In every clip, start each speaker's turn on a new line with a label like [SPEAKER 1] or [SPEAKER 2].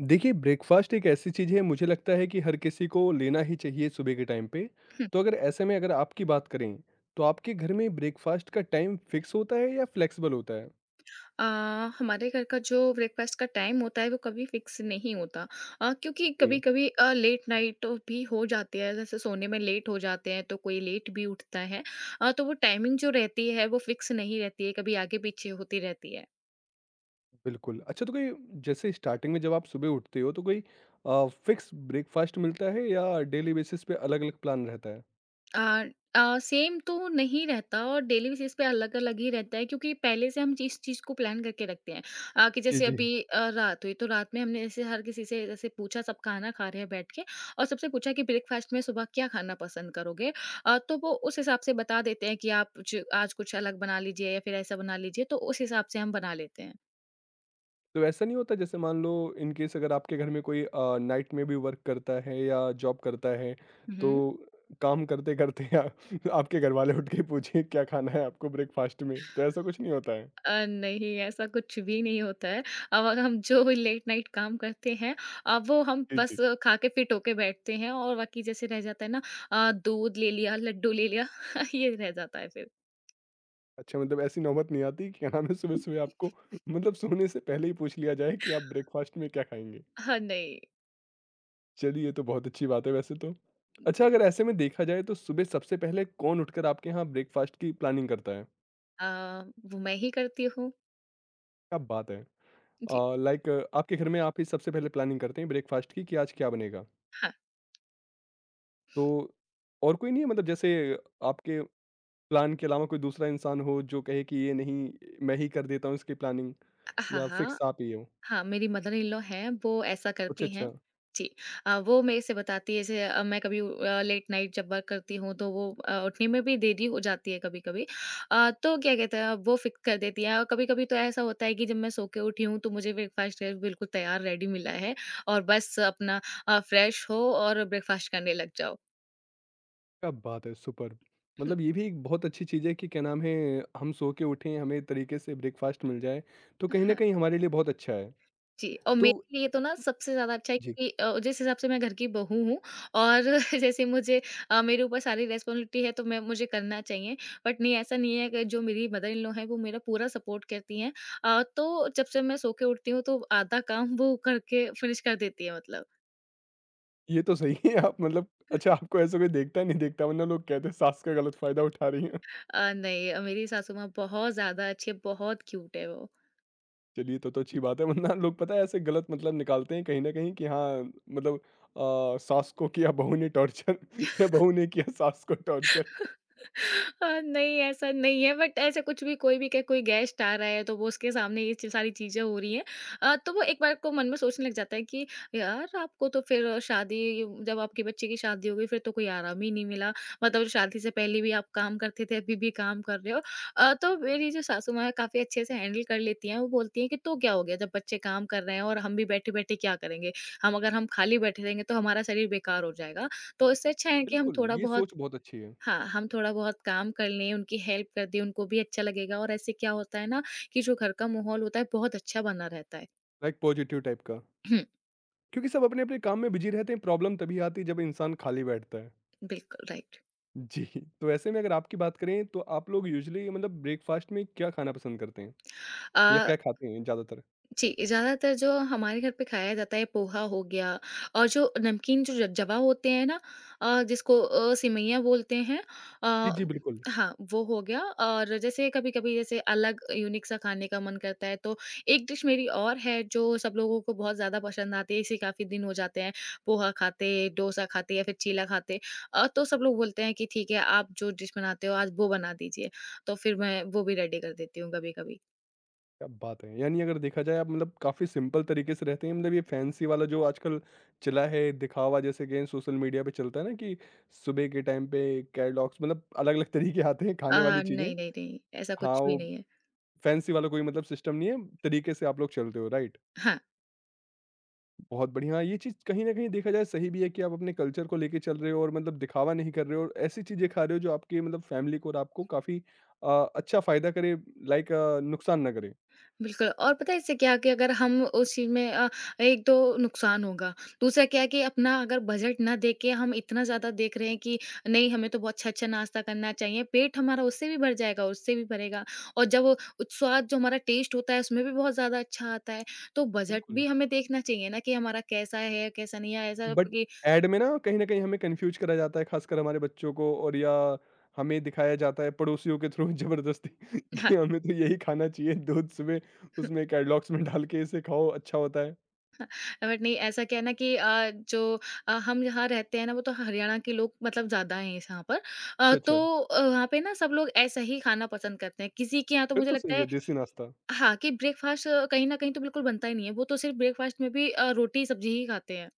[SPEAKER 1] देखिए, ब्रेकफ़ास्ट एक ऐसी चीज़ है मुझे लगता है कि हर किसी को लेना ही चाहिए सुबह के टाइम पे।
[SPEAKER 2] हुँ।
[SPEAKER 1] तो अगर ऐसे में अगर आपकी बात करें, तो आपके घर में ब्रेकफ़ास्ट का टाइम फ़िक्स होता है या फ्लेक्सिबल होता है?
[SPEAKER 2] अ, हमारे घर का जो ब्रेकफ़ास्ट का टाइम होता है वो कभी फ़िक्स नहीं होता क्योंकि
[SPEAKER 1] जी,
[SPEAKER 2] कभी-कभी लेट नाइट भी हो जाती है जैसे सोने में लेट हो जाते हैं तो कोई लेट भी उठता है। तो वो टाइमिंग जो रहती है वो फ़िक्स नहीं रहती है, कभी आगे-पीछे होती रहती है।
[SPEAKER 1] बिल्कुल। अच्छा तो कोई जैसे स्टार्टिंग में जब आप सुबह उठते हो तो कोई फ़िक्स ब्रेकफ़ास्ट मिलता है या डेली बेसिस पे अलग-अलग प्लान रहता है?
[SPEAKER 2] अ सेम तो नहीं रहता और डेली बेसिस पे अलग-अलग ही रहता है क्योंकि पहले से हम इस चीज़ को प्लान करके रखते हैं। कि
[SPEAKER 1] जी,
[SPEAKER 2] जैसे अभी
[SPEAKER 1] जी।
[SPEAKER 2] रात हुई तो रात में हमने जैसे हर किसी से जैसे पूछा सब खाना खा रहे हैं बैठ के और सबसे पूछा कि ब्रेकफ़ास्ट में सुबह क्या खाना पसंद करोगे? तो वो उस हिसाब से बता देते हैं कि आप ज आज कुछ अलग बना लीजिए या फिर ऐसा बना लीजिए, तो उस हिसाब से हम बना लेते हैं।
[SPEAKER 1] तो ऐसा नहीं होता जैसे मान लो इन केस अगर आपके घर में कोई नाइट में भी वर्क करता है या जॉब करता है
[SPEAKER 2] हुँ,
[SPEAKER 1] तो
[SPEAKER 2] हुँ।
[SPEAKER 1] काम करते करते आपके घर वाले उठ के पूछे क्या खाना है आपको ब्रेकफास्ट में तो ऐसा कुछ नहीं होता है।
[SPEAKER 2] नहीं ऐसा कुछ भी नहीं होता है। अब अगर हम जो भी लेट नाइट काम करते हैं वो हम
[SPEAKER 1] जी
[SPEAKER 2] बस
[SPEAKER 1] जी।
[SPEAKER 2] खा के फिट होके बैठते हैं और बाकी जैसे रह जाता है ना। दूध ले लिया, लड्डू ले लिया ये रह जाता है फिर।
[SPEAKER 1] अच्छा मतलब ऐसी नौबत नहीं आती कि क्या नाम है सुबह सुबह आपको मतलब सोने से पहले ही पूछ लिया जाए कि आप ब्रेकफास्ट में क्या खाएंगे।
[SPEAKER 2] हाँ, नहीं।
[SPEAKER 1] चलिए ये तो बहुत अच्छी बात है वैसे तो। अच्छा
[SPEAKER 2] जी।
[SPEAKER 1] अगर ऐसे में देखा जाए तो सुबह सबसे पहले कौन उठकर आपके यहाँ ब्रेकफास्ट की प्लानिंग करता है।
[SPEAKER 2] अ, वो मैं ही करती हूँ।
[SPEAKER 1] क्या बात है।
[SPEAKER 2] जी।
[SPEAKER 1] लाइक आपके घर में आप ही सबसे पहले प्लानिंग करते हैं ब्रेकफास्ट की कि आज क्या बनेगा?
[SPEAKER 2] हाँ।
[SPEAKER 1] तो और कोई नहीं है मतलब जैसे आपके प्लान के अलावा कोई दूसरा इंसान हो जो कहे कि ये नहीं, मैं ही कर देता हूँ इसकी प्लानिंग,
[SPEAKER 2] हाँ,
[SPEAKER 1] या
[SPEAKER 2] हाँ।
[SPEAKER 1] फिक्स आप ही हो?
[SPEAKER 2] हाँ, मेरी मदर इन लॉ हैं, वो ऐसा
[SPEAKER 1] अच्छा,
[SPEAKER 2] करती हैं।
[SPEAKER 1] अच्छा।
[SPEAKER 2] जी। वो मेरे से बताती है जैसे मैं कभी लेट नाइट जब वर्क करती हूँ तो वो उठने में भी देरी हो जाती है कभी-कभी। तो क्या कहते हैं वो फ़िक्स कर देती हैं और कभी-कभी तो ऐसा होता है कि जब मैं सो के उठी हूँ तो मुझे ब्रेकफ़ास्ट बिल्कुल तैयार रेडी मिला है और बस अपना फ्रेश हो और ब्रेकफ़ास्ट करने लग जाओ।
[SPEAKER 1] क्या बात है, सुपर्ब! मतलब ये भी एक बहुत अच्छी चीज़ है कि क्या नाम है, हम सो के उठें, हमें तरीके से ब्रेकफास्ट मिल जाए, तो कहीं न कहीं हमारे लिए बहुत अच्छा है।
[SPEAKER 2] जी, और
[SPEAKER 1] तो
[SPEAKER 2] मेरे लिए तो ना सबसे ज़्यादा अच्छा है
[SPEAKER 1] जी।
[SPEAKER 2] क्योंकि जिस हिसाब से मैं घर की बहू हूँ और जैसे मेरे ऊपर सारी रिस्पॉन्सिबिलिटी है तो मैं मुझे करना चाहिए। बट नहीं ऐसा नहीं है कि जो मेरी मदर इन लॉ हैं वो मेरा पूरा सपोर्ट करती हैं। तो जब से मैं सो के उठती हूँ तो आधा काम वो करके फिनिश कर देती है मतलब।
[SPEAKER 1] ये तो सही है आप मतलब अच्छा आपको ऐसा कोई देखता नहीं देखता वरना लोग कहते हैं सास का गलत फ़ायदा उठा रही हैं।
[SPEAKER 2] नहीं मेरी सासू माँ बहुत ज़्यादा अच्छी है, बहुत क्यूट है वो।
[SPEAKER 1] चलिए, तो अच्छी बात है वरना लोग पता है ऐसे गलत मतलब निकालते हैं कहीं न कहीं कि हाँ, मतलब सास को किया बहू ने टॉर्चर या बहू ने किया सास को टॉर्चर।
[SPEAKER 2] हाँ, नहीं ऐसा नहीं है बट ऐसे कुछ भी कोई भी कहे कोई गेस्ट आ रहा है तो वो उसके सामने सारी चीजें हो रही हैं। तो वो एक बार को मन में सोचने लग जाता है कि यार आपको तो फिर शादी जब आपके बच्चे की शादी हो गई फिर तो कोई आराम ही नहीं मिला। मतलब शादी से पहले भी आप काम करते थे अभी भी काम कर रहे हो। तो मेरी जो सासू माँ है काफी अच्छे से हैंडल कर लेती हैं, वो बोलती हैं कि तो क्या हो गया जब बच्चे काम कर रहे हैं और हम भी बैठे बैठे क्या करेंगे। हम अगर हम खाली बैठे रहेंगे तो हमारा शरीर बेकार हो जाएगा, तो इससे अच्छा है कि हम
[SPEAKER 1] बिल्कुल,
[SPEAKER 2] थोड़ा
[SPEAKER 1] ये
[SPEAKER 2] बहुत।
[SPEAKER 1] सोच बहुत अच्छी है,
[SPEAKER 2] हाँ, हम थोड़ा-बहुत काम कर लें, उनकी हेल्प कर दें, उनको भी अच्छा लगेगा और ऐसे क्या होता है ना कि जो घर का माहौल होता है बहुत अच्छा बना रहता है।
[SPEAKER 1] लाइक पॉजिटिव टाइप का। क्योंकि सब अपने-अपने काम में बिज़ी रहते हैं, प्रॉब्लम तभी आती है जब इंसान खाली बैठता है।
[SPEAKER 2] बिल्कुल, राइट।
[SPEAKER 1] जी, तो ऐसे में अगर आपकी बात करें तो आप लोग यूजुअली मतलब ब्रेकफ़ास्ट में क्या खाना पसंद करते हैं? या
[SPEAKER 2] अ,
[SPEAKER 1] क्या खाते हैं ज़्यादातर?
[SPEAKER 2] जी, ज़्यादातर जो हमारे घर पे खाया जाता है पोहा हो गया और जो नमकीन जो ज जवा होते हैं ना, जिसको सेवइयाँ बोलते हैं।
[SPEAKER 1] जी,
[SPEAKER 2] अ,
[SPEAKER 1] जी, बिल्कुल।
[SPEAKER 2] हाँ, वो हो गया और जैसे कभी-कभी जैसे अलग यूनिक सा खाने का मन करता है तो एक डिश मेरी और है जो सब लोगों को बहुत ज़्यादा पसंद आती है, इसे काफ़ी दिन हो जाते हैं पोहा खाते, डोसा खाते या फिर चीला खाते। तो सब लोग बोलते हैं कि ठीक है आप जो डिश बनाते हो आज वो बना दीजिए, तो फिर मैं वो भी रेडी कर देती हूँ कभी-कभी।
[SPEAKER 1] क्या बात है! यानी अगर देखा जाए आप मतलब काफ़ी सिंपल तरीके से रहते हैं, मतलब ये फैंसी वाला जो आजकल चला है दिखावा जैसे कि सोशल मीडिया पे चलता है ना कि सुबह के टाइम पे कैटलॉग्स मतलब अलग-अलग तरीके आते हैं
[SPEAKER 2] अ,
[SPEAKER 1] खाने वाली चीज़ें।
[SPEAKER 2] नहीं, नहीं, नहीं, ऐसा
[SPEAKER 1] हाँ,
[SPEAKER 2] कुछ भी
[SPEAKER 1] वो
[SPEAKER 2] नहीं है।
[SPEAKER 1] फैंसी वाला कोई मतलब सिस्टम नहीं है, तरीके से आप लोग चलते हो, राइट?
[SPEAKER 2] हाँ,
[SPEAKER 1] बहुत बढ़िया, हाँ, ये चीज़ कहीं न कहीं देखा जाए सही भी है कि आप अपने कल्चर को लेके चल रहे हो और मतलब दिखावा नहीं कर रहे हो और ऐसी चीज़ें खा रहे हो जो आपकी मतलब फैमिली को और आपको काफ़ी अ, अच्छा फ़ायदा करे लाइक नुकसान ना करे।
[SPEAKER 2] बिल्कुल और पता है इससे क्या है कि अगर हम उस चीज़ में एक तो नुकसान होगा, दूसरा क्या है कि अपना अगर बजट ना देख के हम इतना ज़्यादा देख रहे हैं कि नहीं हमें तो बहुत अच्छा-अच्छा नाश्ता करना चाहिए, पेट हमारा उससे भी भर जाएगा, उससे भी भरेगा और जब वो स्वाद जो हमारा टेस्ट होता है उसमें भी बहुत ज़्यादा अच्छा आता है, तो बजट
[SPEAKER 1] बिल्कुल।
[SPEAKER 2] भी हमें देखना चाहिए ना कि हमारा कैसा है, कैसा नहीं है, ऐसा
[SPEAKER 1] बट
[SPEAKER 2] कि
[SPEAKER 1] ऐड में ना कहीं न कहीं हमें कन्फ्यूज़ करा जाता है, ख़ासकर हमारे बच्चों को और या हमें दिखाया जाता है पड़ोसियों के थ्रू ज़बरदस्ती
[SPEAKER 2] हाँ।
[SPEAKER 1] कि हमें तो यही खाना चाहिए दूध सुबह उसमें कैडलॉक्स में डाल के इसे खाओ अच्छा होता है।
[SPEAKER 2] बट नहीं ऐसा क्या है ना कि हम यहाँ रहते हैं ना वो तो हरियाणा के लोग मतलब ज्यादा हैं इस यहाँ पर।
[SPEAKER 1] अच्छा, अच्छा,
[SPEAKER 2] वहाँ पे ना सब लोग ऐसा ही खाना पसंद करते हैं किसी के यहाँ तो
[SPEAKER 1] फिर
[SPEAKER 2] मुझे
[SPEAKER 1] तो
[SPEAKER 2] लगता
[SPEAKER 1] सही
[SPEAKER 2] है।
[SPEAKER 1] है देसी नाश्ता।
[SPEAKER 2] हाँ कि ब्रेकफास्ट कहीं ना कहीं तो बिल्कुल बनता ही नहीं है वो तो सिर्फ ब्रेकफास्ट में भी रोटी सब्जी ही खाते हैं।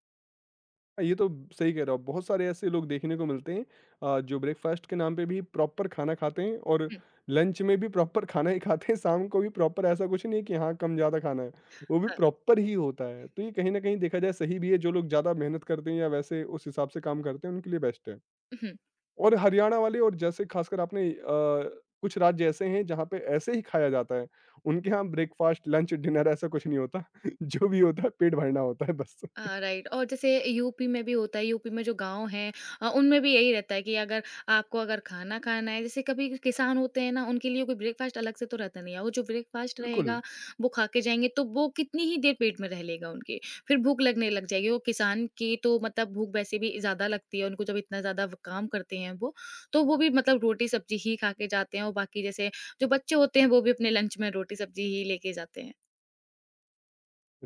[SPEAKER 1] ये तो सही कह रहे हो आप। बहुत सारे ऐसे लोग देखने को मिलते हैं जो ब्रेकफास्ट के नाम पे भी प्रॉपर खाना खाते हैं और
[SPEAKER 2] हम्म,
[SPEAKER 1] लंच में भी प्रॉपर खाना ही खाते हैं शाम को भी प्रॉपर। ऐसा कुछ नहीं है कि हाँ कम ज़्यादा खाना है, वो भी
[SPEAKER 2] हाँ,
[SPEAKER 1] प्रॉपर ही होता है, तो ये कहीं ना कहीं देखा जाए सही भी है। जो लोग ज़्यादा मेहनत करते हैं या वैसे उस हिसाब से काम करते हैं उनके लिए बेस्ट है।
[SPEAKER 2] हम्म।
[SPEAKER 1] और हरियाणा वाले और जैसे खासकर आपने कुछ राज्य ऐसे हैं जहाँ पे ऐसे ही खाया जाता है, उनके यहाँ ब्रेकफास्ट लंच डिनर ऐसा कुछ नहीं होता जो भी होता है पेट भरना होता है बस।
[SPEAKER 2] राइट और जैसे यूपी में भी होता है, यूपी में जो गाँव हैं उनमें भी यही रहता है कि अगर आपको अगर खाना खाना है जैसे कभी किसान होते हैं ना, उनके लिए कोई ब्रेकफ़ास्ट अलग से तो रहता नहीं है। वो जो ब्रेकफ़ास्ट
[SPEAKER 1] बिल्कुल,
[SPEAKER 2] रहेगा, वो खा के जाएँगे तो वो कितनी ही देर पेट में रह लेगा उनके। फिर भूख लगने लग जाएगी। वो किसान की तो मतलब भूख वैसे भी ज़्यादा लगती है उनको जब इतना ज़्यादा व काम करते हैं वो। तो वो भी मतलब रोटी-सब्ज़ी ही खा के जाते हैं और बाकी जैसे जो बच्चे होते हैं वो भी अपने लंच में रोटी-सब्ज़ी ही लेके जाते हैं।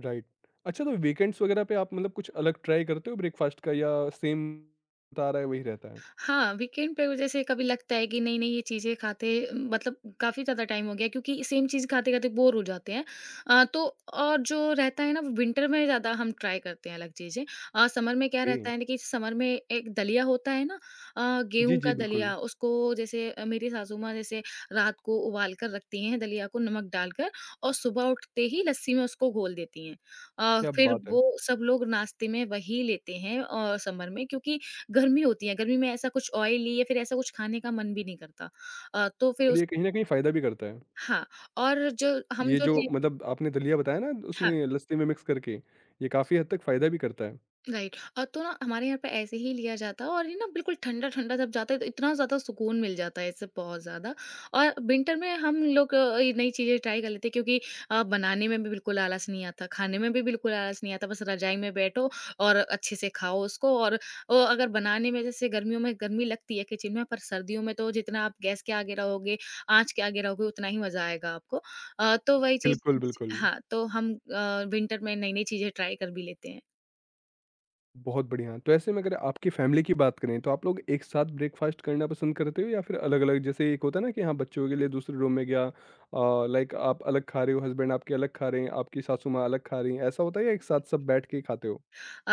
[SPEAKER 1] राइट। अच्छा तो वीकेंड्स वगैरह पे आप मतलब कुछ अलग ट्राई करते हो ब्रेकफ़ास्ट का या सेम बता रहा है वही रहता है?
[SPEAKER 2] हाँ, वीकेंड पे जैसे कभी लगता है कि नहीं-नहीं ये चीज़ें खाते मतलब काफ़ी ज़्यादा टाइम हो गया क्योंकि सेम चीज़ खाते-खाते बोर हो जाते हैं। अ, तो और जो रहता है ना वो विंटर में ज़्यादा हम ट्राई करते हैं अलग चीज़ें। समर में क्या
[SPEAKER 1] ओके।
[SPEAKER 2] रहता है ना कि समर में एक दलिया होता है ना,
[SPEAKER 1] जी,
[SPEAKER 2] गेहूँ
[SPEAKER 1] जी,
[SPEAKER 2] का
[SPEAKER 1] बिल्कुल।
[SPEAKER 2] दलिया उसको जैसे मेरी सासू माँ जैसे रात को उबाल कर रखती हैं दलिया को नमक डालकर और सुबह उठते ही लस्सी में उसको घोल देती हैं।
[SPEAKER 1] क्या
[SPEAKER 2] फिर
[SPEAKER 1] बात है!
[SPEAKER 2] वो सब लोग नाश्ते में वही लेते हैं और समर में क्योंकि गर्मी होती है, गर्मी में ऐसा कुछ ऑयली या फिर ऐसा कुछ खाने का मन भी नहीं करता। अ, तो फिर
[SPEAKER 1] और
[SPEAKER 2] उस
[SPEAKER 1] ये कहीं न कहीं फ़ायदा भी करता है।
[SPEAKER 2] हाँ, और जो हम
[SPEAKER 1] ये
[SPEAKER 2] जो
[SPEAKER 1] जो
[SPEAKER 2] ले
[SPEAKER 1] मतलब आपने दलिया बताया ना उसमें
[SPEAKER 2] हाँ।
[SPEAKER 1] लस्सी में मिक्स करके, ये काफ़ी हद तक फ़ायदा भी करता है।
[SPEAKER 2] राइट और तो ना हमारे यहाँ पे ऐसे ही लिया जाता है और ये ना बिल्कुल ठंडा ठंडा जब जाता है तो इतना ज़्यादा सुकून मिल जाता है इससे बहुत ज़्यादा। और विंटर में हम लोग ये नई चीज़ें ट्राई कर लेते हैं क्योंकि बनाने में भी बिल्कुल आलस नहीं आता, खाने में भी बिल्कुल आलस नहीं आता, बस रजाई में बैठो और अच्छे से खाओ उसको। और अगर बनाने में जैसे गर्मियों में गर्मी लगती है किचन में पर सर्दियों में तो जितना आप गैस के आगे रहोगे आँच के आगे रहोगे उतना ही मज़ा आएगा आपको। अ, तो वही चीज़
[SPEAKER 1] बिल्कुल, बिल्कुल।
[SPEAKER 2] हाँ तो हम विंटर में नई नई चीज़ें ट्राई कर भी लेते हैं।
[SPEAKER 1] बहुत बढ़िया। तो ऐसे में अगर आपकी फैमिली की बात करें, तो आप लोग एक साथ ब्रेकफ़ास्ट करना पसंद करते हो या फिर अलग-अलग? जैसे एक होता है ना कि हाँ, बच्चों के लिए दूसरे रूम में गया, लाइक आप अलग खा रहे हो, हस्बैंड आपके अलग खा रहे हैं, आपकी सासू माँ अलग खा रही हैं, ऐसा होता है या एक साथ सब बैठ के खाते हो?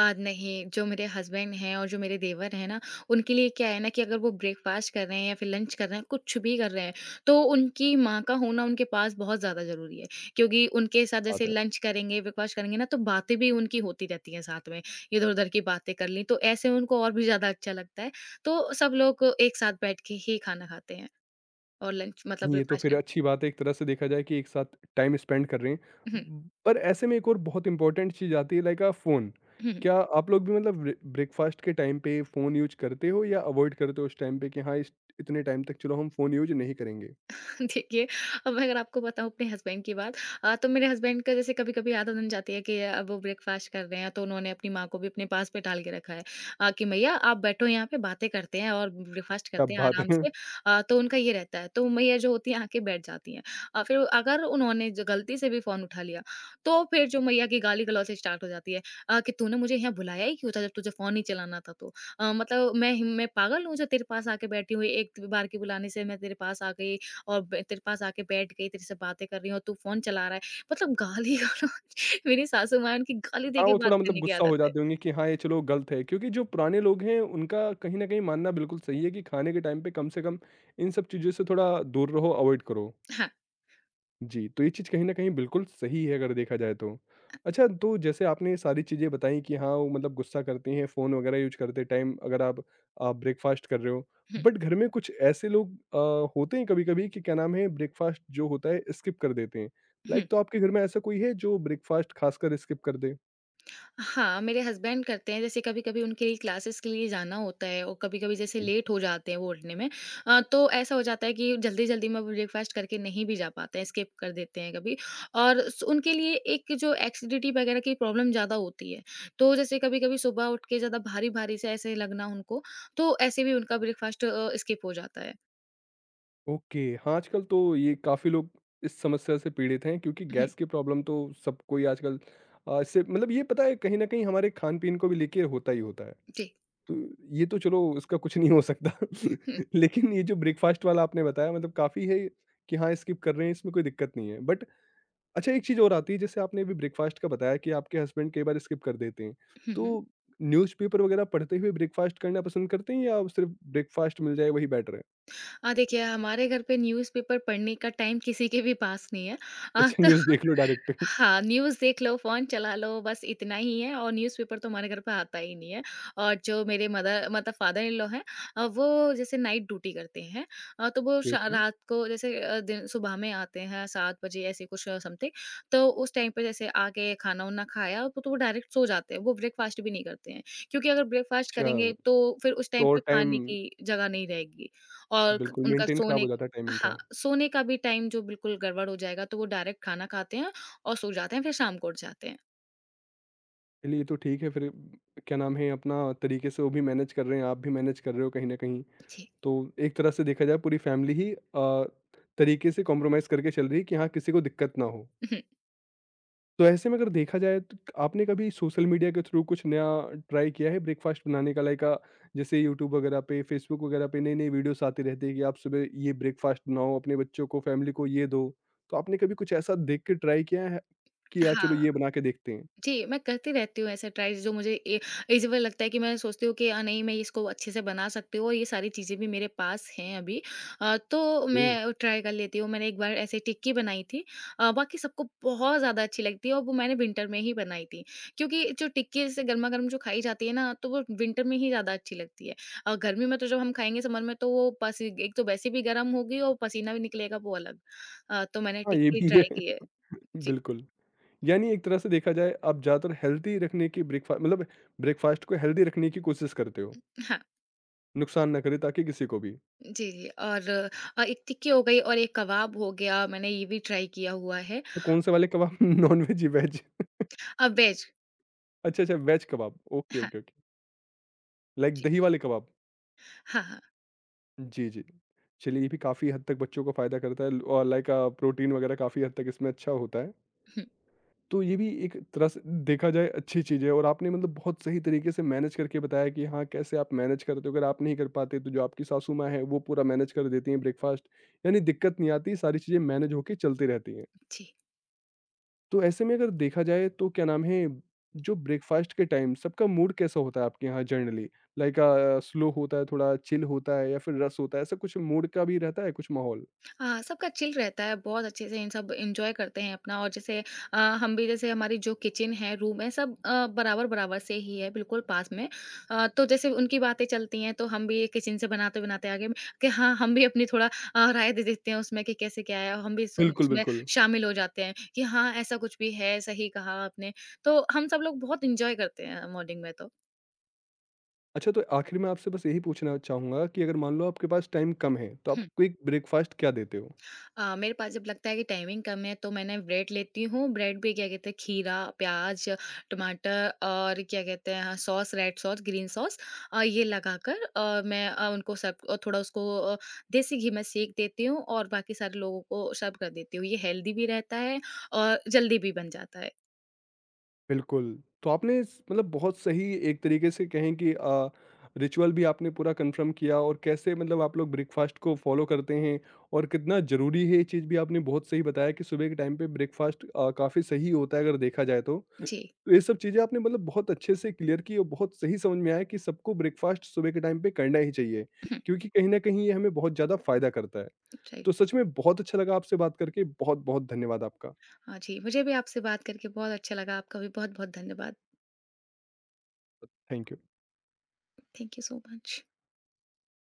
[SPEAKER 2] नहीं, जो मेरे हस्बैंड हैं और जो मेरे देवर हैं ना, उनके लिए क्या है ना कि अगर वो ब्रेकफ़ास्ट कर रहे हैं या फिर लंच कर रहे हैं, कुछ भी कर रहे हैं, तो उनकी माँ का होना उनके पास बहुत ज़्यादा ज़रूरी है। क्योंकि उनके साथ जैसे
[SPEAKER 1] बात है।
[SPEAKER 2] लंच करेंगे, ब्रेकफ़ास्ट करेंगे ना, तो बातें भी उनकी होती रहती हैं साथ में, इधर-उधर की बातें कर लीं, तो ऐसे उनको और भी ज़्यादा अच्छा लगता है। तो सब लोग एक साथ बैठ के ही खाना खाते हैं और लंच मतलब
[SPEAKER 1] नहीं, ये तो
[SPEAKER 2] ब्रेकफ़ास्ट
[SPEAKER 1] फिर
[SPEAKER 2] करते हैं।
[SPEAKER 1] अच्छी बात है एक तरह से देखा जाए कि एक साथ टाइम स्पेंड कर रहे हैं। पर ऐसे में एक और बहुत इंपॉर्टेंट चीज़ आती है लाइक फ़ोन।
[SPEAKER 2] हुँ, हुँ।
[SPEAKER 1] क्या आप लोग भी मतलब ब्रेकफ़ास्ट के टाइम पे फ़ोन यूज़ करते हो या अवॉइड करते हो उस टाइम पे कि हाँ, इस इतने टाइम तक चलो हम फ़ोन यूज़ नहीं करेंगे?
[SPEAKER 2] देखिए, अब मैं अगर आपको बताऊँ अपने हस्बैंड की बात। तो मेरे हस्बैंड का जैसे कभी-कभी आदत बन जाती है कि अब वो ब्रेकफ़ास्ट कर रहे हैं, तो उन्होंने अपनी माँ को भी अपने पास बैठाल के रखा है। कि भैया आप बैठो यहाँ पे बातें करते हैं और ब्रेकफ़ास्ट
[SPEAKER 1] क्या
[SPEAKER 2] करते हैं
[SPEAKER 1] बात
[SPEAKER 2] आराम
[SPEAKER 1] है!
[SPEAKER 2] से। तो उनका ये रहता है, तो मैया जो होती हैं आके बैठ जाती हैं। फिर अगर उन्होंने जो गलती से भी फ़ोन उठा लिया, तो फिर जो मैया की गाली-गलौच स्टार्ट हो जाती है। कि तूने मुझे यहाँ बुलाया ही क्यों था जब तुझे फ़ोन नहीं चलाना था तो? मतलब मैं पागल हूँ जो तेरे पास आके बैठी हुई, एक बार के बुलाने से मैं तेरे पास आ गई। और ब तेरे पास आके बैठ गई, तेरे से बातें कर रही हूँ और तू फ़ोन चला रहा है। मतलब गाली गालो। मेरी सासू माँ है उनकी गाली
[SPEAKER 1] हाँ,
[SPEAKER 2] देके
[SPEAKER 1] वो
[SPEAKER 2] बात
[SPEAKER 1] थोड़ा मतलब
[SPEAKER 2] करने की
[SPEAKER 1] गुस्सा
[SPEAKER 2] आदत
[SPEAKER 1] हो
[SPEAKER 2] है।
[SPEAKER 1] जाते होंगे कि हाँ, ये चलो गलत है क्योंकि जो पुराने लोग हैं उनका कहीं न कहीं मानना बिल्कुल सही है कि खाने के टाइम पे कम से कम इन सब चीज़ों से थोड़ा दूर रहो, अवॉइड करो।
[SPEAKER 2] हाँ।
[SPEAKER 1] जी, तो ये चीज़ कहीं न कहीं बिल्कुल सही है अगर देखा जाए तो। अच्छा तो जैसे आपने ये सारी चीज़ें बताई कि हाँ, वो मतलब गुस्सा करती हैं, फ़ोन वगैरह यूज़ करते टाइम अगर आप ब्रेकफ़ास्ट कर रहे हो।
[SPEAKER 2] हुँ,
[SPEAKER 1] बट घर में कुछ ऐसे लोग होते हैं कभी-कभी कि क्या नाम है ब्रेकफ़ास्ट जो होता है स्किप कर देते हैं।
[SPEAKER 2] हुँ।
[SPEAKER 1] लाइक तो आपके घर में ऐसा कोई है जो ब्रेकफ़ास्ट खासकर स्किप कर दे?
[SPEAKER 2] हाँ, मेरे हस्बैंड करते हैं, जैसे कभी-कभी उनके लिए क्लासेस के लिए जाना होता है और कभी-कभी जैसे लेट हो जाते हैं वो उठने में। तो ऐसा हो जाता है कि जल्दी-जल्दी में ब्रेकफ़ास्ट करके नहीं भी जा पाते हैं, स्किप कर देते हैं कभी। और स उनके लिए एक जो एसिडिटी वगैरह की प्रॉब्लम ज़्यादा होती है, तो जैसे कभी-कभी सुबह उठ के ज़्यादा भारी-भारी से ऐसे लगना उनको, तो ऐसे भी उनका ब्रेकफ़ास्ट स्किप हो जाता है।
[SPEAKER 1] ओके हाँ आजकल तो ये काफ़ी लोग इस समस्या से पीड़ित हैं क्योंकि
[SPEAKER 2] हुँ,
[SPEAKER 1] गैस की प्रॉब्लम तो सबको ही आजकल इससे मतलब ये पता है कहीं ना कहीं हमारे खान पीन को भी लेके होता ही होता है।
[SPEAKER 2] जी।
[SPEAKER 1] तो ये तो चलो इसका कुछ नहीं हो सकता
[SPEAKER 2] हुँ,
[SPEAKER 1] लेकिन ये जो ब्रेकफास्ट वाला आपने बताया मतलब काफ़ी है कि हाँ स्किप कर रहे हैं इसमें कोई दिक्कत नहीं है बट। अच्छा एक चीज़ और आती है जैसे आपने अभी ब्रेकफास्ट का बताया कि आपके हस्बैंड कई बार स्किप कर देते हैं
[SPEAKER 2] हुँ, हुँ।
[SPEAKER 1] तो न्यूज़पेपर वगैरह पढ़ते हुए ब्रेकफास्ट करना पसंद करते हैं या सिर्फ ब्रेकफास्ट मिल जाए वही बेटर है।
[SPEAKER 2] देखिए हमारे घर पे न्यूज़पेपर पढ़ने का टाइम किसी के भी पास नहीं है।
[SPEAKER 1] अच्छा
[SPEAKER 2] तो
[SPEAKER 1] न्यूज़ देख लो डायरेक्ट।
[SPEAKER 2] हाँ, न्यूज़ देख लो, फ़ोन चला लो बस इतना ही है और न्यूज़पेपर तो हमारे घर पे आता ही नहीं है। और जो मेरे मदर मतलब फादर इन लॉ हैं। वो जैसे नाइट ड्यूटी करते हैं। तो वो शा
[SPEAKER 1] ओके।
[SPEAKER 2] रात को जैसे दिन सुबह में आते हैं 7 बजे ऐसे कुछ समथिंग। तो उस टाइम पे जैसे आके खाना-वाना खाया तो वो डायरेक्ट सो जाते हैं। वो ब्रेकफ़ास्ट भी नहीं करते हैं, क्योंकि अगर ब्रेकफ़ास्ट
[SPEAKER 1] अच्छा,
[SPEAKER 2] करेंगे तो फिर उस टाइम
[SPEAKER 1] तो और
[SPEAKER 2] पे
[SPEAKER 1] टाइम
[SPEAKER 2] खाने की जगह नहीं रहेगी। और क
[SPEAKER 1] बिल्कुल
[SPEAKER 2] उनका
[SPEAKER 1] मेंटेन खराब
[SPEAKER 2] सोने।
[SPEAKER 1] हो जाता है टाइमिंग
[SPEAKER 2] हाँ,
[SPEAKER 1] का।
[SPEAKER 2] सोने का भी टाइम जो बिल्कुल गड़बड़ हो जाएगा, तो वो डायरेक्ट खाना खाते हैं और सो जाते हैं, फिर शाम को उठ जाते हैं।
[SPEAKER 1] चलिए, ये तो ठीक है फिर क्या नाम है अपना तरीके से वो भी मैनेज कर रहे हैं, आप भी मैनेज कर रहे हो कहीं न कहीं।
[SPEAKER 2] जी।
[SPEAKER 1] तो एक तरह से देखा जाए पूरी फैमिली ही तरीके से कॉम्प्रोमाइज़ करके चल रही है कि हाँ, किसी को दिक्कत ना हो।
[SPEAKER 2] हुँ,
[SPEAKER 1] तो ऐसे में अगर देखा जाए तो आपने कभी सोशल मीडिया के थ्रू कुछ नया ट्राई किया है ब्रेकफास्ट बनाने का लाइक जैसे यूट्यूब वगैरह पे फेसबुक वगैरह पे नई नई वीडियोस आती रहती है कि आप सुबह ये ब्रेकफास्ट बनाओ अपने बच्चों को फैमिली को ये दो, तो आपने कभी कुछ ऐसा देख के ट्राई किया है कि यार चलो
[SPEAKER 2] हाँ।
[SPEAKER 1] ये बना के देखते हैं?
[SPEAKER 2] जी, मैं करती रहती हूँ ऐसे ट्राई जो मुझे ए इज़ी वे लगता है कि मैं सोचती हूँ कि नहीं मैं इसको अच्छे से बना सकती हूँ और ये सारी चीज़ें भी मेरे पास हैं अभी। तो
[SPEAKER 1] ओके।
[SPEAKER 2] मैं ट्राई कर लेती हूँ। मैंने एक बार ऐसे टिक्की बनाई थी। बाकी सबको बहुत ज़्यादा अच्छी लगती है और वो मैंने विंटर में ही बनाई थी। क्योंकि जो टिक्की जैसे गरमा-गरम जो खाई जाती है ना तो वो विंटर में ही ज़्यादा अच्छी लगती है। गर्मी में तो जब हम खाएँगे समर में तो वो पस एक तो वैसे भी गर्म होगी और पसीना भी निकलेगा वो अलग। तो मैंने
[SPEAKER 1] हाँ ये
[SPEAKER 2] टिक्की
[SPEAKER 1] भी है।
[SPEAKER 2] ट्राई की है। जी,
[SPEAKER 1] बिल्कुल। यानी एक तरह से देखा जाए आप ज़्यादातर हेल्दी रखने की ब्रेकफास्ट मतलब ब्रेकफास्ट को हेल्दी रखने की कोशिश करते हो,
[SPEAKER 2] हाँ।
[SPEAKER 1] नुकसान ना करे ताकि किसी को भी।
[SPEAKER 2] जी, जी। और एक टिक्की हो गई और एक कबाब हो गया, मैंने ये भी ट्राई किया हुआ है।
[SPEAKER 1] तो कौन से वाले कबाब नॉन वेज वेज?
[SPEAKER 2] वेज।
[SPEAKER 1] अच्छा, अच्छा वेज कबाब। ओके,
[SPEAKER 2] हाँ,
[SPEAKER 1] ओके, ओके। लाइक
[SPEAKER 2] जी।
[SPEAKER 1] दही वाले कबाब।
[SPEAKER 2] हाँ, हाँ।
[SPEAKER 1] जी, जी। चलिए ये भी काफ़ी हद तक बच्चों को फ़ायदा करता है और लाइक प्रोटीन वगैरह काफ़ी हद तक इसमें अच्छा होता है।
[SPEAKER 2] हुँ,
[SPEAKER 1] तो ये भी एक तरह से देखा जाए अच्छी चीज़ है और आपने मतलब बहुत सही तरीके से मैनेज करके बताया कि हाँ, कैसे आप मैनेज करते हो। अगर आप नहीं कर पाते तो जो आपकी सासू माँ हैं वो पूरा मैनेज कर देती हैं ब्रेकफ़ास्ट। यानी दिक्कत नहीं आती, सारी चीज़ें मैनेज होके चलती रहती हैं।
[SPEAKER 2] जी।
[SPEAKER 1] तो ऐसे में अगर देखा जाए तो क्या नाम है, जो ब्रेकफ़ास्ट के टाइम सबका मूड कैसा होता है आपके यहाँ जनरली? लाइक स्लो होता है, थोड़ा चिल होता है या फिर रस होता है, ऐसा कुछ मूड का भी रहता है कुछ माहौल?
[SPEAKER 2] हाँ, सबका चिल रहता है, बहुत अच्छे से इन सब एन्जॉय करते हैं अपना और जैसे हम भी जैसे हमारी जो किचन है, रूम है, सब बराबर-बराबर से ही है, बिल्कुल पास में। तो जैसे उनकी बातें चलती हैं, तो हम भी किचन से बनाते-बनाते आगे में, कि हाँ, हम भी अपनी थोड़ा राय दे देते हैं उसमें कि कैसे क्या है, और हम भी इस
[SPEAKER 1] बिल्कुल,
[SPEAKER 2] उसमें
[SPEAKER 1] बिल्कुल।
[SPEAKER 2] शामिल हो जाते हैं कि हाँ, ऐसा कुछ भी है, सही कहा आपने। तो हम सब लोग बहुत एन्जॉय करते हैं मॉर्निंग में तो।
[SPEAKER 1] अच्छा तो आखिर में आपसे बस यही पूछना चाहूँगा कि अगर मान लो आपके पास टाइम कम है, तो आप
[SPEAKER 2] हम्म।
[SPEAKER 1] क्विक ब्रेकफ़ास्ट क्या देते हो?
[SPEAKER 2] मेरे पास जब लगता है कि टाइमिंग कम है तो मैंने ब्रेड लेती हूँ। ब्रेड पे क्या कहते हैं खीरा, प्याज़, टमाटर और क्या कहते हैं हाँ, sauce red sauce, green sauce. ये लगाकर उनको सर्व देसी घी में सेंक देती हूँ और बाकी सारे लोगों को सर्व कर देती हूँ। ये हेल्दी भी रहता है और जल्दी भी बन जाता है।
[SPEAKER 1] बिल्कुल, तो आपने स मतलब बहुत सही एक तरीके से कहें कि रिचुअल भी आपने पूरा कन्फर्म किया और कैसे मतलब आप लोग ब्रेकफ़ास्ट को फ़ॉलो करते हैं और कितना ज़रूरी है ये चीज़ भी आपने बहुत सही बताया कि सुबह के टाइम पे ब्रेकफ़ास्ट काफ़ी सही होता है अगर देखा जाए तो।
[SPEAKER 2] जी।
[SPEAKER 1] तो ये सब चीज़ें आपने मतलब बहुत अच्छे से क्लियर की और बहुत सही समझ में आया कि सबको ब्रेकफ़ास्ट सुबह के टाइम पे करना ही चाहिए, क्योंकि कहीं न कहीं ये हमें बहुत ज़्यादा फ़ायदा करता है।
[SPEAKER 2] सही।
[SPEAKER 1] तो सच में बहुत अच्छा लगा आपसे बात करके, बहुत-बहुत धन्यवाद आपका।
[SPEAKER 2] हाँ जी, मुझे भी आपसे बात करके बहुत अच्छा लगा। आपका भी बहुत-बहुत धन्यवाद।
[SPEAKER 1] Thank you.
[SPEAKER 2] Thank you so much.